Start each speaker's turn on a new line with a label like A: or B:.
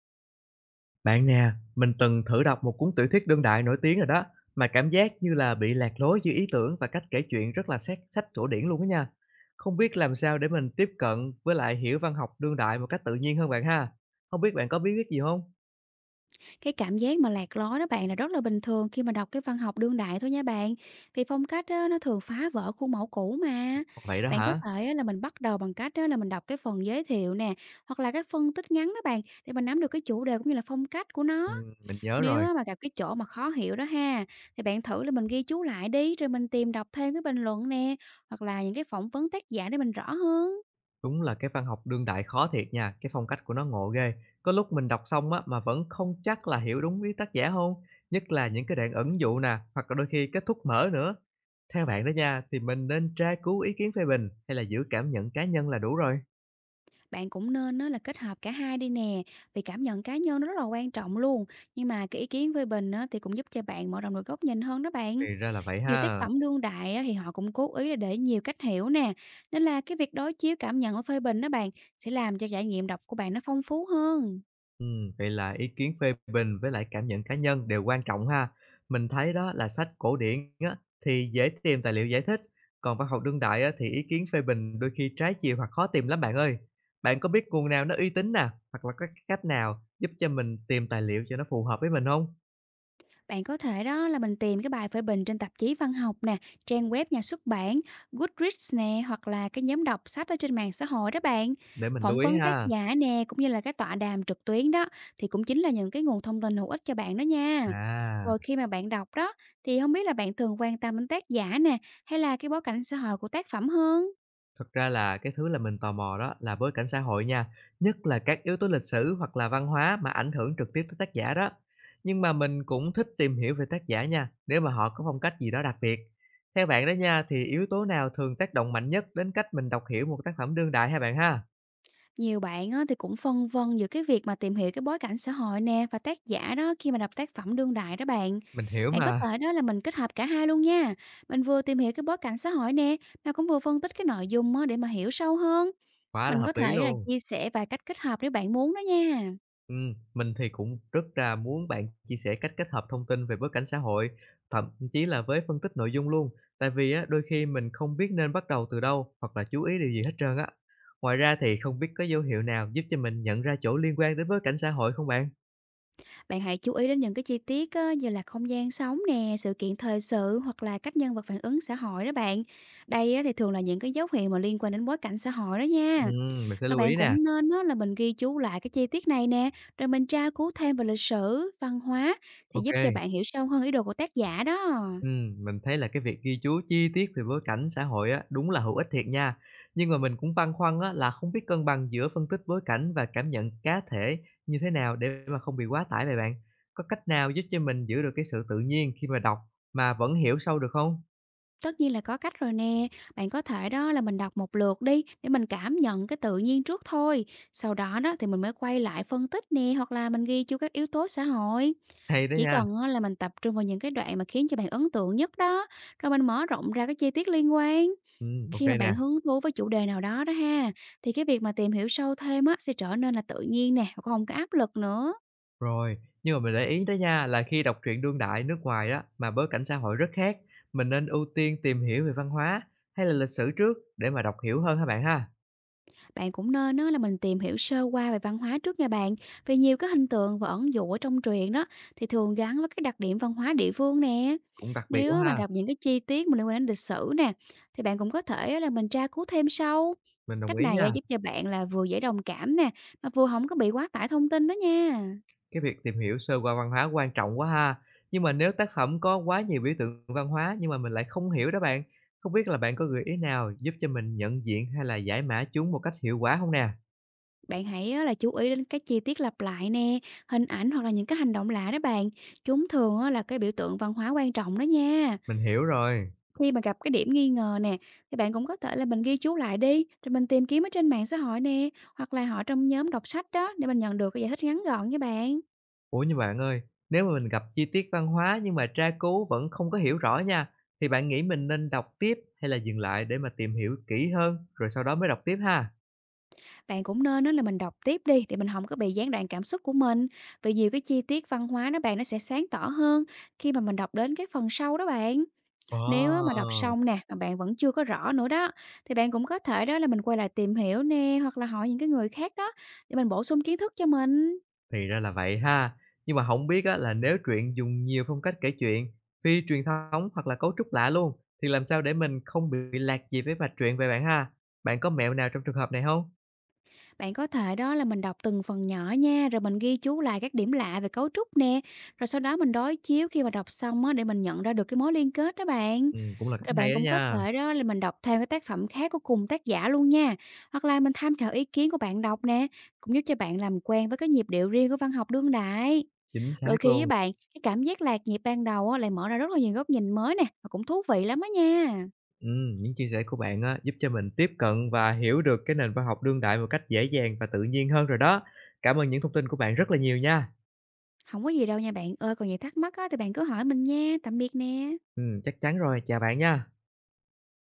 A: Bạn nè, mình từng thử đọc một cuốn tiểu thuyết đương đại nổi tiếng rồi đó, mà cảm giác như là bị lạc lối giữa ý tưởng và cách kể chuyện rất là sát sách cổ điển luôn đó nha. Không biết làm sao để mình tiếp cận với lại hiểu văn học đương đại một cách tự nhiên hơn bạn ha. Không biết bạn có bí quyết gì không?
B: Cái cảm giác mà lạc lối đó bạn là rất là bình thường khi mà đọc cái văn học đương đại thôi nha bạn. Vì phong cách á, nó thường phá vỡ khuôn mẫu cũ mà.
A: Vậy đó
B: Bạn có
A: hả?
B: thể á, là mình bắt đầu bằng cách á, là mình đọc cái phần giới thiệu nè, hoặc là cái phân tích ngắn đó bạn, để mình nắm được cái chủ đề cũng như là phong cách của nó.
A: Mình nhớ
B: Nếu
A: rồi.
B: á, mà gặp cái chỗ mà khó hiểu đó ha, thì bạn thử là mình ghi chú lại đi, rồi mình tìm đọc thêm cái bình luận nè, hoặc là những cái phỏng vấn tác giả để mình rõ hơn.
A: Đúng là cái văn học đương đại khó thiệt nha, cái phong cách của nó ngộ ghê. Có lúc mình đọc xong á mà vẫn không chắc là hiểu đúng ý tác giả không, nhất là những cái đoạn ẩn dụ nè, hoặc là đôi khi kết thúc mở nữa. Theo bạn đó nha, thì mình nên tra cứu ý kiến phê bình hay là giữ cảm nhận cá nhân là đủ rồi?
B: Bạn cũng nên á là kết hợp cả hai đi nè, vì cảm nhận cá nhân nó rất là quan trọng luôn, nhưng mà cái ý kiến phê bình á thì cũng giúp cho bạn mở rộng được góc nhìn hơn đó bạn.
A: Thì ra là vậy
B: Nhiều tác
A: ha.
B: phẩm đương đại á thì họ cũng cố ý là để nhiều cách hiểu nè, nên là cái việc đối chiếu cảm nhận và phê bình đó bạn sẽ làm cho trải nghiệm đọc của bạn nó phong phú hơn.
A: Vậy là ý kiến phê bình với lại cảm nhận cá nhân đều quan trọng ha. Mình thấy đó là sách cổ điển á, thì dễ tìm tài liệu giải thích, còn văn học đương đại á, thì ý kiến phê bình đôi khi trái chiều hoặc khó tìm lắm bạn ơi. Bạn có biết nguồn nào nó uy tín nè, hoặc là có cái cách nào giúp cho mình tìm tài liệu cho nó phù hợp với mình không?
B: Bạn có thể đó là mình tìm cái bài phê bình trên tạp chí văn học nè, trang web nhà xuất bản, Goodreads nè, hoặc là cái nhóm đọc sách ở trên mạng xã hội đó bạn.
A: Để mình lưu
B: Phỏng
A: ý
B: vấn tác
A: ha.
B: giả nè, cũng như là cái tọa đàm trực tuyến đó, thì cũng chính là những cái nguồn thông tin hữu ích cho bạn đó nha.
A: À.
B: Rồi khi mà bạn đọc đó, thì không biết là bạn thường quan tâm đến tác giả nè, hay là cái bối cảnh xã hội của tác phẩm hơn?
A: Thật ra là cái thứ là mình tò mò đó là bối cảnh xã hội nha, nhất là các yếu tố lịch sử hoặc là văn hóa mà ảnh hưởng trực tiếp tới tác giả đó. Nhưng mà mình cũng thích tìm hiểu về tác giả nha, nếu mà họ có phong cách gì đó đặc biệt. Theo bạn đó nha, thì yếu tố nào thường tác động mạnh nhất đến cách mình đọc hiểu một tác phẩm đương đại hả bạn ha?
B: Nhiều bạn á, thì cũng phân vân giữa cái việc mà tìm hiểu cái bối cảnh xã hội nè và tác giả đó khi mà đọc tác phẩm đương đại đó bạn.
A: Mình hiểu
B: Bạn có
A: mà,
B: thể đó là mình kết hợp cả hai luôn nha. Mình vừa tìm hiểu cái bối cảnh xã hội nè, mà cũng vừa phân tích cái nội dung á, để mà hiểu sâu hơn.
A: quá là
B: Mình
A: hợp
B: có
A: lý
B: thể là
A: luôn.
B: chia sẻ vài cách kết hợp nếu bạn muốn đó nha.
A: Mình thì cũng rất là muốn bạn chia sẻ cách kết hợp thông tin về bối cảnh xã hội, thậm chí là với phân tích nội dung luôn, tại vì á, đôi khi mình không biết nên bắt đầu từ đâu hoặc là chú ý điều gì hết trơn á. Ngoài ra thì không biết có dấu hiệu nào giúp cho mình nhận ra chỗ liên quan đến bối cảnh xã hội không bạn?
B: Bạn hãy chú ý đến những cái chi tiết á, như là không gian sống nè, sự kiện thời sự, hoặc là cách nhân vật phản ứng xã hội đó bạn. Đây á, thì thường là những cái dấu hiệu mà liên quan đến bối cảnh xã hội đó nha.
A: Mình sẽ
B: Rồi
A: lưu ý
B: bạn
A: nè.
B: cũng nên á, là mình ghi chú lại cái chi tiết này nè, rồi mình tra cứu thêm về lịch sử, văn hóa, để giúp cho
A: OK.
B: bạn hiểu sâu hơn ý đồ của tác giả đó.
A: Mình thấy là cái việc ghi chú chi tiết về bối cảnh xã hội á, đúng là hữu ích thiệt nha. Nhưng mà mình cũng băn khoăn á, là không biết cân bằng giữa phân tích bối cảnh và cảm nhận cá thể như thế nào để mà không bị quá tải vậy bạn? Có cách nào giúp cho mình giữ được cái sự tự nhiên khi mà đọc mà vẫn hiểu sâu được không?
B: Tất nhiên là có cách rồi nè, bạn có thể đó là mình đọc một lượt đi để mình cảm nhận cái tự nhiên trước thôi. Sau đó đó thì mình mới quay lại phân tích nè, hoặc là mình ghi chú các yếu tố xã hội.
A: Hay đó
B: Chỉ
A: nha.
B: cần á, là mình tập trung vào những cái đoạn mà khiến cho bạn ấn tượng nhất đó, rồi mình mở rộng ra cái chi tiết liên quan.
A: Ok
B: Khi mà
A: nè.
B: bạn hứng thú với chủ đề nào đó đó ha, thì cái việc mà tìm hiểu sâu thêm á sẽ trở nên là tự nhiên nè, và cũng hông có áp lực nữa.
A: Rồi, nhưng mà mình để ý đó nha, là khi đọc truyện đương đại nước ngoài đó mà bối cảnh xã hội rất khác, mình nên ưu tiên tìm hiểu về văn hóa hay là lịch sử trước để mà đọc hiểu hơn hả bạn ha?
B: Bạn cũng nên á là mình tìm hiểu sơ qua về văn hóa trước nha bạn, vì nhiều cái hình tượng và ẩn dụ ở trong truyện đó thì thường gắn với cái đặc điểm văn hóa địa phương nè.
A: Cũng đặc biệt
B: Nếu
A: quá
B: á mà
A: ha.
B: gặp những cái chi tiết mà liên quan đến lịch sử nè, thì bạn cũng có thể á là mình tra cứu thêm sau.
A: Mình đồng
B: Cách
A: ý
B: này
A: nha.
B: á giúp cho bạn là vừa dễ đồng cảm nè, mà vừa không có bị quá tải thông tin đó nha.
A: Cái việc tìm hiểu sơ qua văn hóa quan trọng quá ha. Nhưng mà nếu tác phẩm có quá nhiều biểu tượng văn hóa nhưng mà mình lại không hiểu đó bạn, không biết là bạn có gợi ý nào giúp cho mình nhận diện hay là giải mã chúng một cách hiệu quả không nè?
B: Bạn hãy á là chú ý đến các chi tiết lặp lại nè, hình ảnh, hoặc là những cái hành động lạ đó bạn. Chúng thường á là cái biểu tượng văn hóa quan trọng đó nha.
A: Mình hiểu rồi.
B: Khi mà gặp cái điểm nghi ngờ nè, thì bạn cũng có thể là mình ghi chú lại đi, rồi mình tìm kiếm ở trên mạng xã hội nè, hoặc là hỏi trong nhóm đọc sách đó để mình nhận được cái giải thích ngắn gọn nha bạn.
A: Ủa nhưng bạn ơi, nếu mà mình gặp chi tiết văn hóa nhưng mà tra cứu vẫn không có hiểu rõ nha, thì bạn nghĩ mình nên đọc tiếp hay là dừng lại để mà tìm hiểu kỹ hơn rồi sau đó mới đọc tiếp ha?
B: Bạn cũng nên đó là mình đọc tiếp đi để mình không có bị gián đoạn cảm xúc của mình. Vì nhiều cái chi tiết văn hóa đó bạn nó sẽ sáng tỏ hơn khi mà mình đọc đến cái phần sau đó bạn.
A: Ồ.
B: Nếu á mà đọc xong nè, mà bạn vẫn chưa có rõ nữa đó, thì bạn cũng có thể đó là mình quay lại tìm hiểu nè, hoặc là hỏi những cái người khác đó, để mình bổ sung kiến thức cho mình.
A: Thì ra là vậy ha. Nhưng mà không biết á là nếu truyện dùng nhiều phong cách kể chuyện, phi truyền thống hoặc là cấu trúc lạ luôn, thì làm sao để mình không bị lạc gì với mạch truyện vậy bạn ha? Bạn có mẹo nào trong trường hợp này không?
B: Bạn có thể đó là mình đọc từng phần nhỏ nha, rồi mình ghi chú lại các điểm lạ về cấu trúc nè, rồi sau đó mình đối chiếu khi mà đọc xong á, để mình nhận ra được cái mối liên kết đó bạn.
A: Cũng là cách
B: Rồi bạn
A: hay đó
B: cũng có
A: nha,
B: thể đó là mình đọc theo cái tác phẩm khác của cùng tác giả luôn nha, hoặc là mình tham khảo ý kiến của bạn đọc nè, cũng giúp cho bạn làm quen với cái nhịp điệu riêng của văn học đương đại.
A: chính
B: Đôi
A: xác
B: khi với
A: luôn.
B: bạn, cái cảm giác lạc nhịp ban đầu á, lại mở ra rất là nhiều góc nhìn mới nè, và cũng thú vị lắm á nha.
A: Những chia sẻ của bạn á giúp cho mình tiếp cận và hiểu được cái nền văn học đương đại một cách dễ dàng và tự nhiên hơn rồi đó. Cảm ơn những thông tin của bạn rất là nhiều nha.
B: Không có gì đâu nha bạn ơi, còn gì thắc mắc á, thì bạn cứ hỏi mình nha. Tạm biệt nè.
A: Chắc chắn rồi, chào bạn nha.